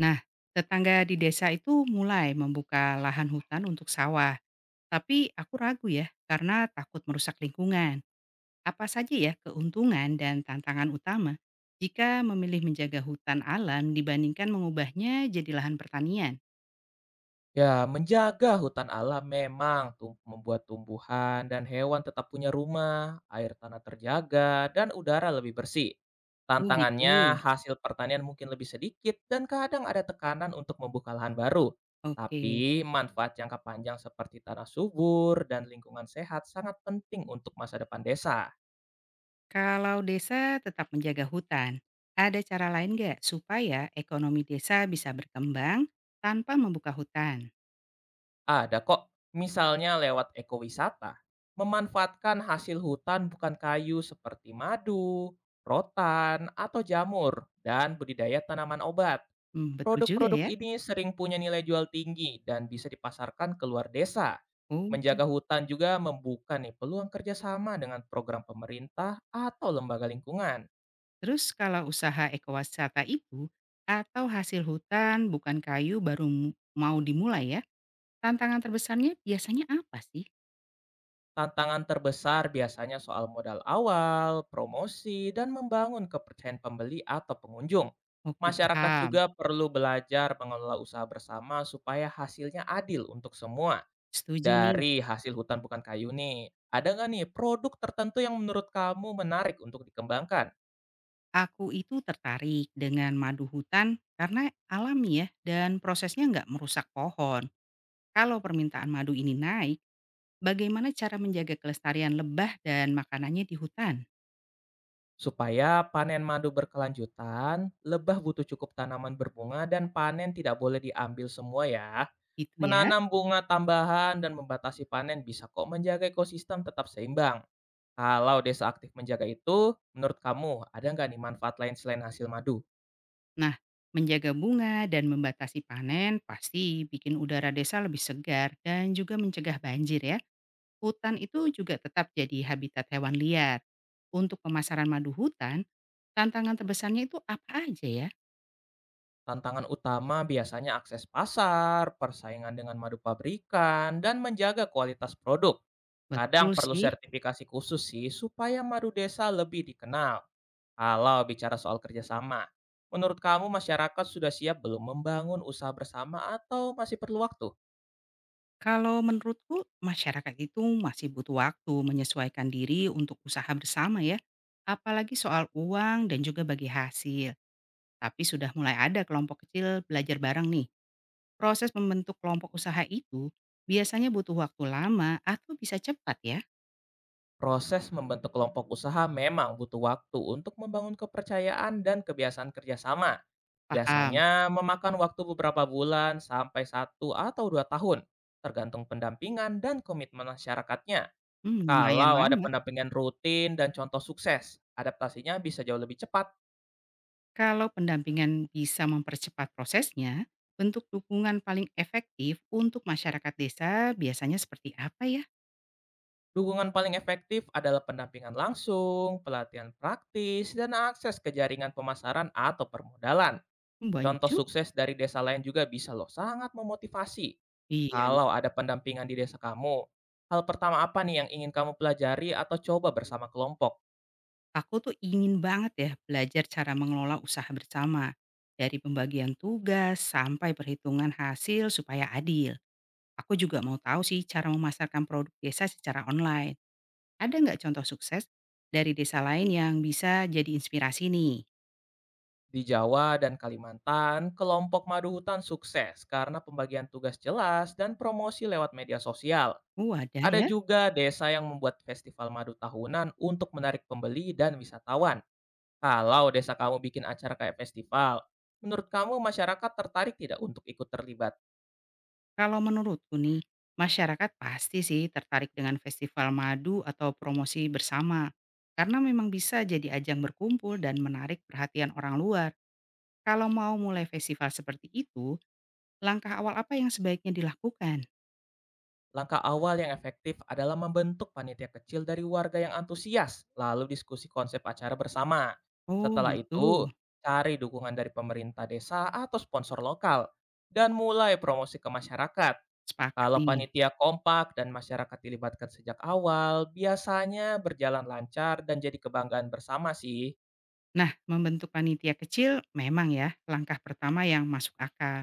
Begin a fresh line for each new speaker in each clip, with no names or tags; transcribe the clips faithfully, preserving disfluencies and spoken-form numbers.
Nah, tetangga di desa itu mulai membuka lahan hutan untuk sawah. Tapi aku ragu ya, karena takut merusak lingkungan. Apa saja ya keuntungan dan tantangan utama jika memilih menjaga hutan alam dibandingkan mengubahnya jadi lahan pertanian?
Ya, menjaga hutan alam memang tum- membuat tumbuhan dan hewan tetap punya rumah, air tanah terjaga, dan udara lebih bersih.
Oh gitu,
Tantangannya, hasil pertanian mungkin lebih sedikit dan kadang ada tekanan untuk membuka lahan baru.
oke.
Tapi, manfaat jangka panjang seperti tanah subur dan lingkungan sehat sangat penting untuk masa depan desa.
Kalau desa tetap menjaga hutan, ada cara lain nggak supaya ekonomi desa bisa berkembang tanpa membuka hutan?
Ada kok, misalnya lewat ekowisata, memanfaatkan hasil hutan bukan kayu seperti madu, rotan, atau jamur, dan budidaya tanaman obat.
Hmm, betul juga
Produk-produk
ya.
ini sering punya nilai jual tinggi dan bisa dipasarkan ke luar desa.
Oh.
Menjaga hutan juga membuka nih peluang kerjasama dengan program pemerintah atau lembaga lingkungan.
Terus kalau usaha ekowisata itu atau hasil hutan bukan kayu baru m- mau dimulai ya, tantangan terbesarnya biasanya apa sih?
Tantangan terbesar biasanya soal modal awal, promosi, dan membangun kepercayaan pembeli atau pengunjung.
Oke
Masyarakat
paham,
juga perlu belajar mengelola usaha bersama supaya hasilnya adil untuk semua.
setuju nih.
Dari hasil hutan bukan kayu nih, ada nggak nih produk tertentu yang menurut kamu menarik untuk dikembangkan?
Aku itu tertarik dengan madu hutan karena alami ya dan prosesnya nggak merusak pohon. Kalau permintaan madu ini naik, bagaimana cara menjaga kelestarian lebah dan makanannya di hutan?
Supaya panen madu berkelanjutan, lebah butuh cukup tanaman berbunga dan panen tidak boleh diambil semua ya.
Itu ya.
Menanam bunga tambahan dan membatasi panen bisa kok menjaga ekosistem tetap seimbang. Kalau desa aktif menjaga itu, menurut kamu ada nggak nih manfaat lain selain hasil madu?
Nah, menjaga bunga dan membatasi panen pasti bikin udara desa lebih segar dan juga mencegah banjir ya. Hutan itu juga tetap jadi habitat hewan liar. Untuk pemasaran madu hutan, tantangan terbesarnya itu apa aja ya?
Tantangan utama biasanya akses pasar, persaingan dengan madu pabrikan, dan menjaga kualitas produk. Kadang
Betul
perlu
sih.
sertifikasi khusus sih supaya madu desa lebih dikenal. Kalau bicara soal kerjasama, menurut kamu masyarakat sudah siap belum membangun usaha bersama atau masih perlu waktu?
Kalau menurutku, masyarakat itu masih butuh waktu menyesuaikan diri untuk usaha bersama ya. Apalagi soal uang dan juga bagi hasil. Tapi sudah mulai ada kelompok kecil belajar bareng nih. Proses membentuk kelompok usaha itu biasanya butuh waktu lama atau bisa cepat ya?
Proses membentuk kelompok usaha memang butuh waktu untuk membangun kepercayaan dan kebiasaan kerjasama.
Paham?
Biasanya memakan waktu beberapa bulan sampai satu atau dua tahun, tergantung pendampingan dan komitmen masyarakatnya.
Hmm, lumayan
Kalau ada
lama.
pendampingan rutin dan contoh sukses, adaptasinya bisa jauh lebih cepat.
Kalau pendampingan bisa mempercepat prosesnya, bentuk dukungan paling efektif untuk masyarakat desa biasanya seperti apa ya?
Dukungan paling efektif adalah pendampingan langsung, pelatihan praktis, dan akses ke jaringan pemasaran atau permodalan.
Hmm, banyak
Contoh
juga.
sukses dari desa lain juga bisa loh sangat memotivasi
Iya, ya.
kalau ada pendampingan di desa kamu. Hal pertama apa nih yang ingin kamu pelajari atau coba bersama kelompok?
Aku tuh ingin banget ya belajar cara mengelola usaha bersama. Dari pembagian tugas sampai perhitungan hasil supaya adil. Aku juga mau tahu sih cara memasarkan produk desa secara online. Ada nggak contoh sukses dari desa lain yang bisa jadi inspirasi nih?
Di Jawa dan Kalimantan, kelompok madu hutan sukses karena pembagian tugas jelas dan promosi lewat media sosial.
Oh ada
Ada
ya.
juga desa yang membuat festival madu tahunan untuk menarik pembeli dan wisatawan. Kalau desa kamu bikin acara kayak festival, menurut kamu masyarakat tertarik tidak untuk ikut terlibat?
Kalau menurutku nih, masyarakat pasti sih tertarik dengan festival madu atau promosi bersama. Karena memang bisa jadi ajang berkumpul dan menarik perhatian orang luar. Kalau mau mulai festival seperti itu, langkah awal apa yang sebaiknya dilakukan?
Langkah awal yang efektif adalah membentuk panitia kecil dari warga yang antusias, lalu diskusi konsep acara bersama.
Oh
Setelah
gitu,
itu, cari dukungan dari pemerintah desa atau sponsor lokal, dan mulai promosi ke masyarakat.
sepakat
Kalau
nih.
panitia kompak dan masyarakat dilibatkan sejak awal, biasanya berjalan lancar dan jadi kebanggaan bersama sih.
Nah, membentuk panitia kecil memang ya langkah pertama yang masuk akal.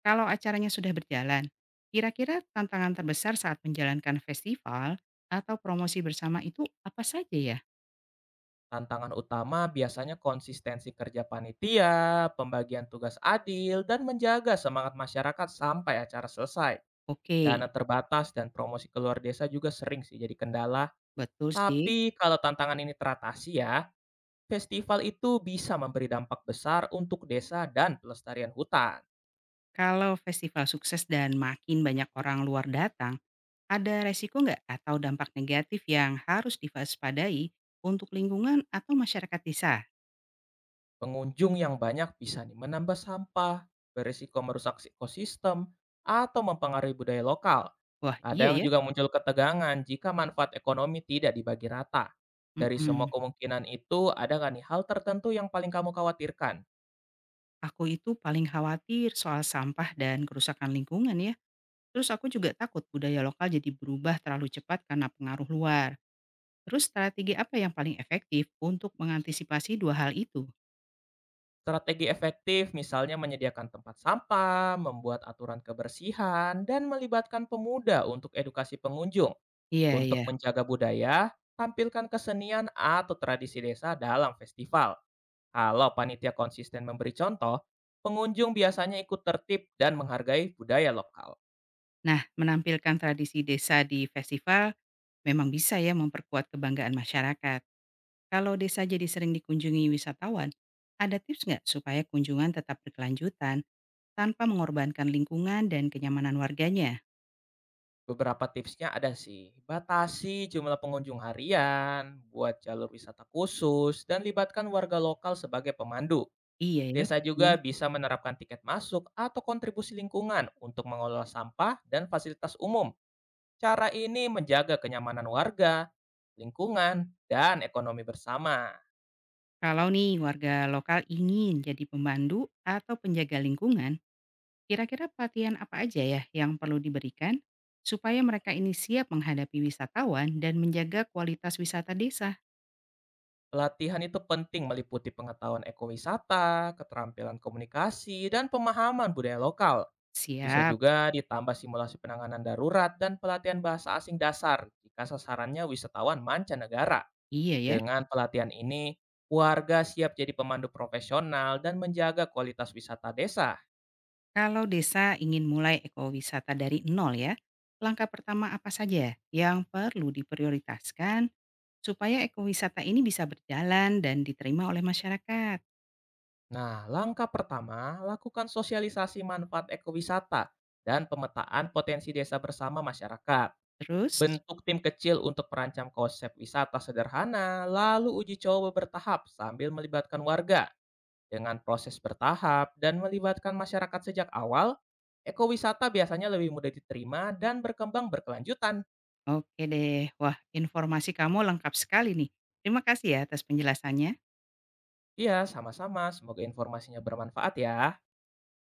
Kalau acaranya sudah berjalan, kira-kira tantangan terbesar saat menjalankan festival atau promosi bersama itu apa saja ya?
Tantangan utama biasanya konsistensi kerja panitia, pembagian tugas adil, dan menjaga semangat masyarakat sampai acara selesai.
Oke,
Dana terbatas dan promosi keluar desa juga sering sih jadi kendala.
betul sih.
Tapi kalau tantangan ini teratasi ya, festival itu bisa memberi dampak besar untuk desa dan pelestarian hutan.
Kalau festival sukses dan makin banyak orang luar datang, ada resiko nggak atau dampak negatif yang harus diwaspadai untuk lingkungan atau masyarakat desa?
Pengunjung yang banyak bisa nih menambah sampah, berisiko merusak si ekosistem, atau mempengaruhi budaya lokal.
Wah iya
Kadang
ya.
juga muncul ketegangan jika manfaat ekonomi tidak dibagi rata. Dari semua
Mm-mm.
kemungkinan itu, ada nggak nih hal tertentu yang paling kamu khawatirkan?
Aku itu paling khawatir soal sampah dan kerusakan lingkungan ya. Terus aku juga takut budaya lokal jadi berubah terlalu cepat karena pengaruh luar. Terus strategi apa yang paling efektif untuk mengantisipasi dua hal itu?
Strategi efektif misalnya menyediakan tempat sampah, membuat aturan kebersihan, dan melibatkan pemuda untuk edukasi pengunjung.
Iya,
Untuk
iya.
menjaga budaya, tampilkan kesenian atau tradisi desa dalam festival. Kalau panitia konsisten memberi contoh, pengunjung biasanya ikut tertib dan menghargai budaya lokal.
Nah, menampilkan tradisi desa di festival memang bisa ya memperkuat kebanggaan masyarakat. Kalau desa jadi sering dikunjungi wisatawan, ada tips nggak supaya kunjungan tetap berkelanjutan tanpa mengorbankan lingkungan dan kenyamanan warganya?
Beberapa tipsnya ada sih, batasi jumlah pengunjung harian, buat jalur wisata khusus, dan libatkan warga lokal sebagai pemandu.
Iya ya.
Desa juga
Hmm,
bisa menerapkan tiket masuk atau kontribusi lingkungan untuk mengelola sampah dan fasilitas umum. Cara ini menjaga kenyamanan warga, lingkungan, dan ekonomi bersama.
kalau nih warga lokal ingin jadi pemandu atau penjaga lingkungan, kira-kira pelatihan apa aja ya yang perlu diberikan supaya mereka ini siap menghadapi wisatawan dan menjaga kualitas wisata desa?
Latihan itu penting meliputi pengetahuan ekowisata, keterampilan komunikasi, dan pemahaman budaya lokal. Bisa
Siap,
juga ditambah simulasi penanganan darurat dan pelatihan bahasa asing dasar jika sasarannya wisatawan mancanegara.
iya ya.
Dengan pelatihan ini, warga siap jadi pemandu profesional dan menjaga kualitas wisata desa.
Kalau desa ingin mulai ekowisata dari nol ya, langkah pertama apa saja yang perlu diprioritaskan supaya ekowisata ini bisa berjalan dan diterima oleh masyarakat?
Nah, langkah pertama, lakukan sosialisasi manfaat ekowisata dan pemetaan potensi desa bersama masyarakat.
Terus,
Bentuk tim kecil untuk merancang konsep wisata sederhana, lalu uji coba bertahap sambil melibatkan warga. Dengan proses bertahap dan melibatkan masyarakat sejak awal, ekowisata biasanya lebih mudah diterima dan berkembang berkelanjutan.
oke deh. Wah, informasi kamu lengkap sekali nih. Terima kasih ya atas penjelasannya.
Iya, sama-sama. Semoga informasinya bermanfaat ya.